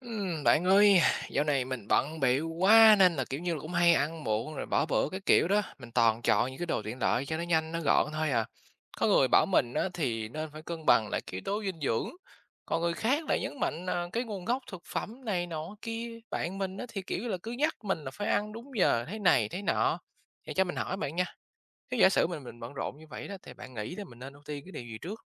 Bạn ơi, dạo này mình bận bịu quá nên là, kiểu như là, cũng hay ăn muộn rồi bỏ bữa cái kiểu đó, mình toàn chọn những cái đồ tiện lợi cho nó nhanh, nó gọn thôi à. Có người bảo mình á thì nên phải cân bằng lại cái yếu tố dinh dưỡng, còn người khác lại nhấn mạnh, cái nguồn gốc thực phẩm này nọ kia. Bạn mình á thì, kiểu như là, cứ nhắc mình là phải ăn đúng giờ, thế này thế nọ. Vậy cho mình hỏi bạn nha, nếu giả sử mình bận rộn như vậy đó thì bạn nghĩ là mình nên ưu tiên cái điều gì trước?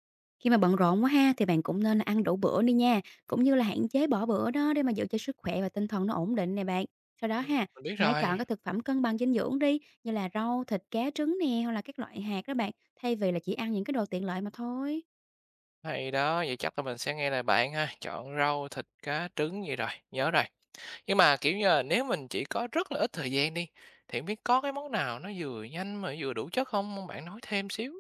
Khi mà bận rộn quá ha, thì bạn cũng nên là ăn đủ bữa đi nha, cũng như là hạn chế bỏ bữa đó để mà giữ cho sức khỏe và tinh thần nó ổn định nè bạn. Sau đó Ừm, ha, mình biết thì hãy chọn rồi. các thực phẩm cân bằng dinh dưỡng đi, như là rau, thịt, cá, trứng nè, hoặc là các loại hạt đó bạn, thay vì là chỉ ăn những cái đồ tiện lợi mà thôi. Hay đó, vậy chắc là mình sẽ nghe lời bạn ha, chọn rau, thịt, cá, trứng gì rồi, nhớ rồi. Nhưng mà kiểu như là nếu mình chỉ có rất là ít thời gian đi, thì không biết có cái món nào nó vừa nhanh mà vừa đủ chất không? Mong bạn nói thêm xíu,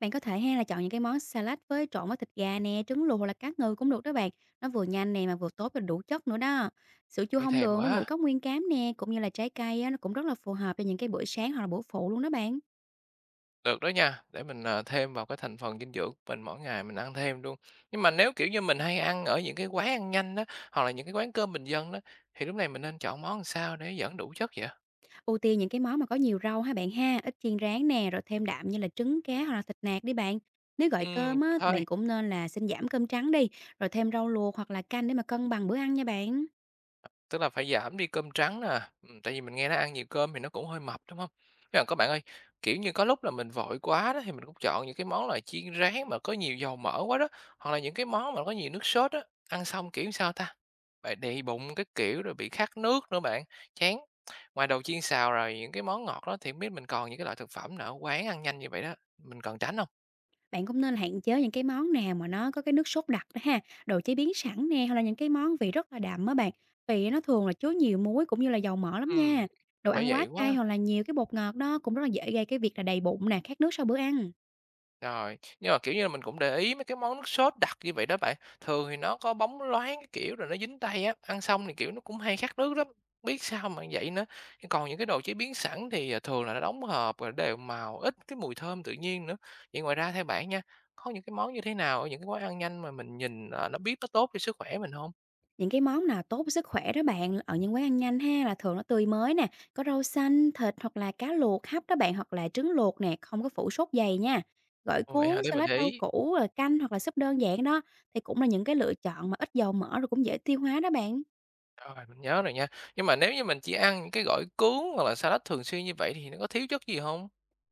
Bạn có thể ha là chọn những cái món salad với trộn với thịt gà nè, trứng luộc hoặc là cá ngừ cũng được đó bạn. Nó vừa nhanh nè mà vừa tốt và đủ chất nữa đó. Sữa chua nghe không thèm đường quá. với ngũ cốc nguyên cám nè, cũng như là trái cây á, nó cũng rất là phù hợp cho những cái bữa sáng hoặc là bữa phụ luôn đó bạn. Được đó nha, để mình thêm vào cái thành phần dinh dưỡng của mình mỗi ngày mình ăn thêm luôn. Nhưng mà nếu kiểu như mình hay ăn ở những cái quán ăn nhanh đó, hoặc là những cái quán cơm bình dân đó, thì lúc này mình nên chọn món làm sao để vẫn đủ chất vậy? Ưu tiên những cái món mà có nhiều rau ha bạn ha, ít chiên rán nè, rồi thêm đạm như là trứng cá hoặc là thịt nạc đi bạn. Nếu gọi Ừ, cơm á, thì thôi. bạn cũng nên là xin giảm cơm trắng đi, rồi thêm rau luộc hoặc là canh để mà cân bằng bữa ăn nha bạn. Tức là phải giảm đi cơm trắng nè, tại vì mình nghe nó ăn nhiều cơm thì nó cũng hơi mập, đúng không? Nhưng mà có bạn ơi, kiểu như, có lúc là mình vội quá đó thì mình cũng chọn những cái món là chiên rán mà có nhiều dầu mỡ quá đó, hoặc là những cái món mà có nhiều nước sốt đó ăn xong, kiểu, sao ta, bị đầy bụng cái kiểu rồi bị khát nước nữa bạn, chán. Ngoài đồ chiên xào rồi những cái món ngọt đó thì hông biết mình còn những cái loại thực phẩm nào ở quán ăn nhanh như vậy đó, mình cần tránh không? Bạn cũng nên là hạn chế những cái món nào mà nó có cái nước sốt đặc đó ha, đồ chế biến sẵn nè, hoặc là những cái món vị rất là đậm á bạn. Vì nó thường là chứa nhiều muối cũng như là dầu mỡ lắm Ừm, nha. Đồ chắc ăn quá vậy quá. cay hoặc là nhiều cái bột ngọt đó cũng rất là dễ gây cái việc là đầy bụng nè, khát nước sau bữa ăn. Rồi, nhưng mà, kiểu như là, mình cũng để ý mấy cái món nước sốt đặc như vậy đó bạn, thường thì nó có bóng loáng cái kiểu rồi nó dính tay á, ăn xong thì, kiểu, nó cũng hay khát nước lắm, không biết sao mà vậy nữa. Nhưng còn những cái đồ chế biến sẵn thì, thường là nó đóng hộp rồi đều màu, ít cái mùi thơm tự nhiên nữa. Vậy ngoài ra theo bạn nha, có những cái món như thế nào ở những cái quán ăn nhanh mà mình nhìn, nó biết nó tốt cho sức khỏe mình không? Những cái món nào tốt với sức khỏe đó bạn, ở những quán ăn nhanh ha, là thường nó tươi mới nè, có rau xanh, thịt hoặc là cá luộc hấp đó bạn, hoặc là trứng luộc nè, không có phủ sốt dày nha. Gỏi Ồ, vậy hả? cuốn, Để mình salad để rau ý. củ, rồi canh hoặc là súp đơn giản đó, thì cũng là những cái lựa chọn mà ít dầu mỡ rồi cũng dễ tiêu hóa đó bạn. Rồi, mình nhớ rồi nha. Nhưng mà nếu như mình chỉ ăn những cái gỏi cuốn hoặc là salad thường xuyên như vậy thì nó có thiếu chất gì không?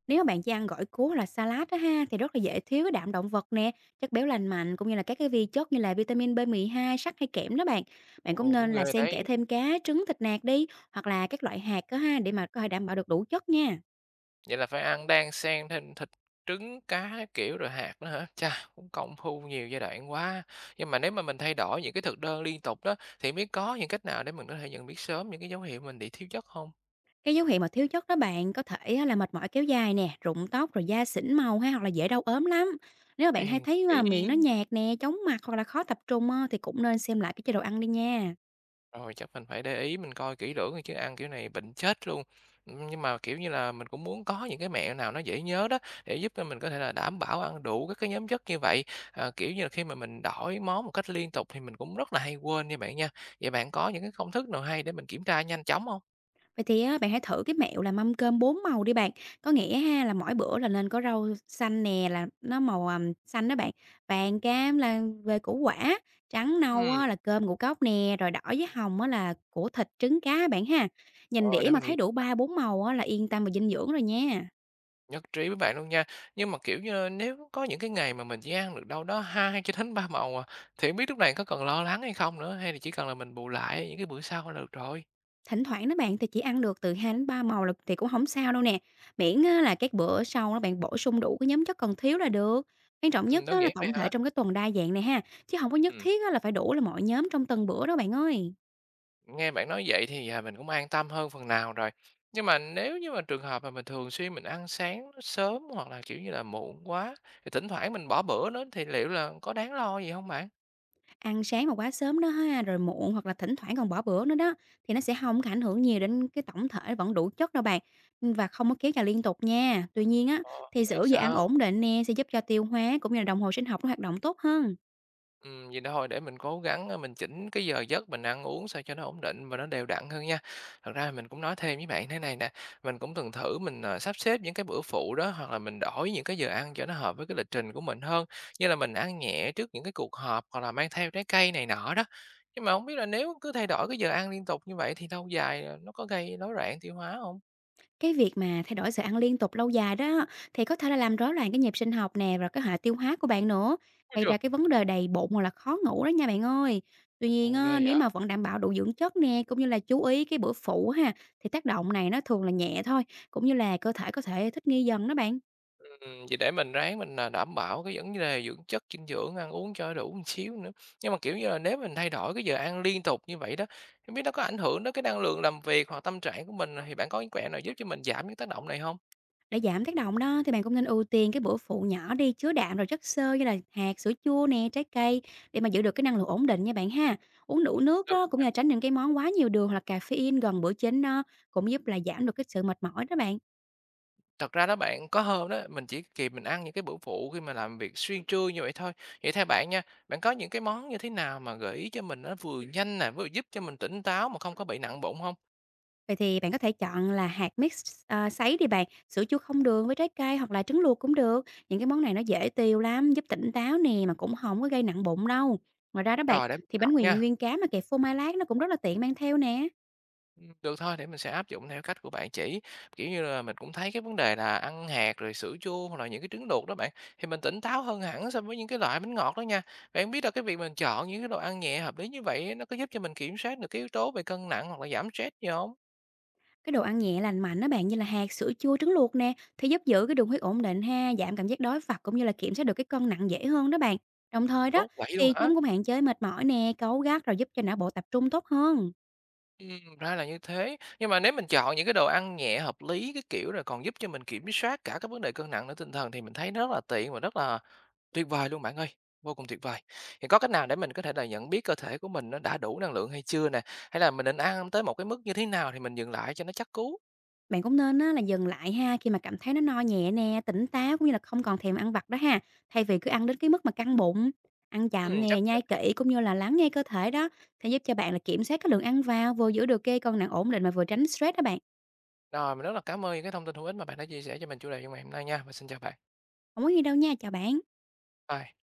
Nếu mà bạn chỉ ăn gỏi cuốn hoặc là salad đó ha, thì rất là dễ thiếu cái đạm động vật nè, chất béo lành mạnh cũng như là các cái vi chất như là vitamin B2, sắt hay kẽm đó bạn. Bạn cũng Ồ, cũng nên là ghê xen đấy. kẽ thêm cá, trứng, thịt nạc đi, hoặc là các loại hạt đó ha, để mà có thể đảm bảo được đủ chất nha. Vậy là phải ăn đan xen thêm thịt, trứng, cá các kiểu rồi hạt nữa hả? Chà, cũng công phu nhiều giai đoạn quá. Nhưng mà nếu mà mình thay đổi những cái thực đơn liên tục đó, thì biết có những cách nào để mình có thể nhận biết sớm những cái dấu hiệu mình bị thiếu chất không? Cái dấu hiệu mà thiếu chất đó bạn có thể á là mệt mỏi kéo dài nè, rụng tóc rồi da xỉn màu hay hoặc là dễ đau ốm lắm. Nếu mà bạn hay Hèn thấy là miệng nó chi. nhạt nè, chóng mặt hoặc là khó tập trung á, thì cũng nên xem lại cái chế độ ăn đi nha. Rồi, chắc mình phải để ý mình coi kỹ lưỡng rồi chứ ăn kiểu này bệnh chết luôn. Nhưng mà, kiểu như là, mình cũng muốn có những cái mẹo nào nó dễ nhớ đó, để giúp cho mình có thể là đảm bảo ăn đủ các cái nhóm chất như vậy. À, kiểu như là, khi mà mình đổi món một cách liên tục thì mình cũng rất là hay quên nha bạn nha. Vậy bạn có những cái công thức nào hay để mình kiểm tra nhanh chóng không? Vậy thì á, bạn hãy thử cái mẹo là mâm cơm bốn màu đi bạn. Có nghĩa ha là mỗi bữa là nên có rau xanh nè, là nó màu ầm, xanh đó bạn. Vàng cam là về củ quả, trắng Ừ, nâu á, là cơm ngũ cốc nè, rồi đỏ với hồng á, là của thịt trứng cá bạn ha. Nhìn rồi đĩa để mà mình thấy ghi, đủ ba bốn màu á, là yên tâm về dinh dưỡng rồi nha. nhất trí với bạn luôn nha. Nhưng mà, kiểu như, nếu có những cái ngày mà mình chỉ ăn được đâu đó 2 cho đến 3 món à, thì hông biết lúc này có cần lo lắng hay không nữa, hay là chỉ cần là mình bù lại những cái bữa sau là được rồi? Thỉnh thoảng đó bạn thì chỉ ăn được từ 2 đến 3 màu là thì cũng không sao đâu nè, miễn á là các bữa sau đó bạn bổ sung đủ cái nhóm chất còn thiếu là được. Quan trọng nhất Đơn á là giản vậy tổng thể hả? trong cái tuần đa dạng này ha, chứ không có nhất Ừm, thiết á là phải đủ là mọi nhóm trong từng bữa đó bạn ơi. nghe bạn nói vậy thì, mình cũng an tâm hơn phần nào rồi. Nhưng mà nếu như mà trường hợp mà mình thường xuyên mình ăn sáng nó sớm hoặc là, kiểu như là, muộn quá, thì thỉnh thoảng mình bỏ bữa nữa thì liệu là có đáng lo gì không bạn? Ăn sáng mà quá sớm đó ha, rồi muộn hoặc là thỉnh thoảng còn bỏ bữa nữa đó, thì nó sẽ không có ảnh hưởng nhiều đến cái tổng thể vẫn đủ chất đâu bạn, và không có kéo dài liên tục nha. Tuy nhiên á, Ờ, thì vậy giữ giờ ăn sao? ổn định nè, sẽ giúp cho tiêu hóa cũng như là đồng hồ sinh học nó hoạt động tốt hơn. Vậy đó thôi để mình cố gắng, mình chỉnh cái giờ giấc mình ăn uống sao cho nó ổn định và nó đều đặn hơn nha. Thật ra mình cũng nói thêm với bạn thế này nè, mình cũng từng thử mình, sắp xếp những cái bữa phụ đó, hoặc là mình đổi những cái giờ ăn cho nó hợp với cái lịch trình của mình hơn, như là mình ăn nhẹ trước những cái cuộc họp hoặc là mang theo trái cây này nọ đó. Nhưng mà không biết là nếu cứ thay đổi cái giờ ăn liên tục như vậy thì lâu dài, nó có gây rối loạn tiêu hóa không? Cái việc mà thay đổi giờ ăn liên tục lâu dài đó thì có thể là làm rối loạn cái nhịp sinh học nè, rồi cái hệ tiêu hóa của bạn nữa, Ôi gây trời! ra cái vấn đề đầy bụng hoặc là khó ngủ đó nha bạn ơi. Tuy nhiên Ồ, ghê á, nếu vậy? mà vẫn đảm bảo đủ dưỡng chất nè, cũng như là chú ý cái bữa phụ ha, thì tác động này nó thường là nhẹ thôi, cũng như là cơ thể có thể thích nghi dần đó bạn. Vậy để mình ráng mình, đảm bảo cái vấn đề dưỡng chất, dinh dưỡng, ăn uống cho đủ một xíu nữa. Nhưng mà, kiểu như là, nếu mình thay đổi cái giờ ăn liên tục như vậy đó, không biết nó có ảnh hưởng đến cái năng lượng làm việc hoặc tâm trạng của mình, thì bạn có những quẹo nào giúp cho mình giảm những tác động này không? Để giảm tác động đó thì bạn cũng nên ưu tiên cái bữa phụ nhỏ đi, chứa đạm rồi chất xơ như là hạt, sữa chua nè, trái cây, để mà giữ được cái năng lượng ổn định nha bạn ha. Uống đủ nước Thật đó cũng như là tránh những cái món quá nhiều đường hoặc là caffeine gần bữa chính đó, cũng giúp là giảm được cái sự mệt mỏi đó bạn. thật ra đó bạn, có hôm đó mình chỉ kịp mình ăn những cái bữa phụ khi mà làm việc xuyên trưa như vậy thôi. Vậy theo bạn nha, bạn có những cái món như thế nào mà gợi ý cho mình nó vừa nhanh nè, vừa giúp cho mình tỉnh táo mà không có bị nặng bụng không? Vậy thì bạn có thể chọn là hạt mix à, sấy đi bạn, sữa chua không đường với trái cây hoặc là trứng luộc cũng được. Những cái món này nó dễ tiêu lắm, giúp tỉnh táo nè mà cũng không có gây nặng bụng đâu. Ngoài ra đó bạn, Rồi để mình thì bánh chọn mì nha. nguyên cám mà kẹp phô mai lát nó cũng rất là tiện mang theo nè. Được thôi, để mình sẽ áp dụng theo cách của bạn chỉ. Kiểu như là, mình cũng thấy cái vấn đề là ăn hạt rồi sữa chua hoặc là những cái trứng luộc đó bạn, thì mình tỉnh táo hơn hẳn so với những cái loại bánh ngọt đó nha. Bạn biết là cái việc mình chọn những cái đồ ăn nhẹ hợp lý như vậy nó có giúp cho mình kiểm soát được cái yếu tố về cân nặng hoặc là giảm stress gì hông? Cái đồ ăn nhẹ lành mạnh đó bạn, như là hạt, sữa chua, trứng luộc nè, thì giúp giữ cái đường huyết ổn định ha, giảm cảm giác đói phạt cũng như là kiểm soát được cái cân nặng dễ hơn đó bạn. Đồng thời đó Tốt vậy luôn thì hả? chúng cũng hạn chế mệt mỏi nè, cáu gắt rồi giúp cho não bộ tập trung tốt hơn. Ra là như thế. Nhưng mà nếu mình chọn những cái đồ ăn nhẹ hợp lý, cái kiểu, rồi còn giúp cho mình kiểm soát cả cái vấn đề cân nặng nữa tinh thần thì mình thấy nó rất là tiện và rất là tuyệt vời luôn bạn ơi, vô cùng tuyệt vời. Thì có cách nào để mình có thể là nhận biết cơ thể của mình nó đã đủ năng lượng hay chưa nè? Hay là mình định ăn tới một cái mức như thế nào thì mình dừng lại cho nó chắc cú? Bạn cũng nên á, là dừng lại ha khi mà cảm thấy nó no nhẹ nè, tỉnh táo cũng như là không còn thèm ăn vặt đó ha. Thay vì cứ ăn đến cái mức mà căng bụng, ăn chậm nè, Chắc phải nhai vậy. kỹ cũng như là lắng nghe cơ thể đó, sẽ giúp cho bạn là kiểm soát cái lượng ăn vào, vừa giữ được cái cân nặng ổn định mà vừa tránh stress đó bạn. Rồi, mình rất là cảm ơn những cái thông tin hữu ích mà bạn đã chia sẻ cho mình chủ đề trong ngày hôm nay nha. Và xin chào bạn. Không có gì đâu nha, chào bạn. Bye.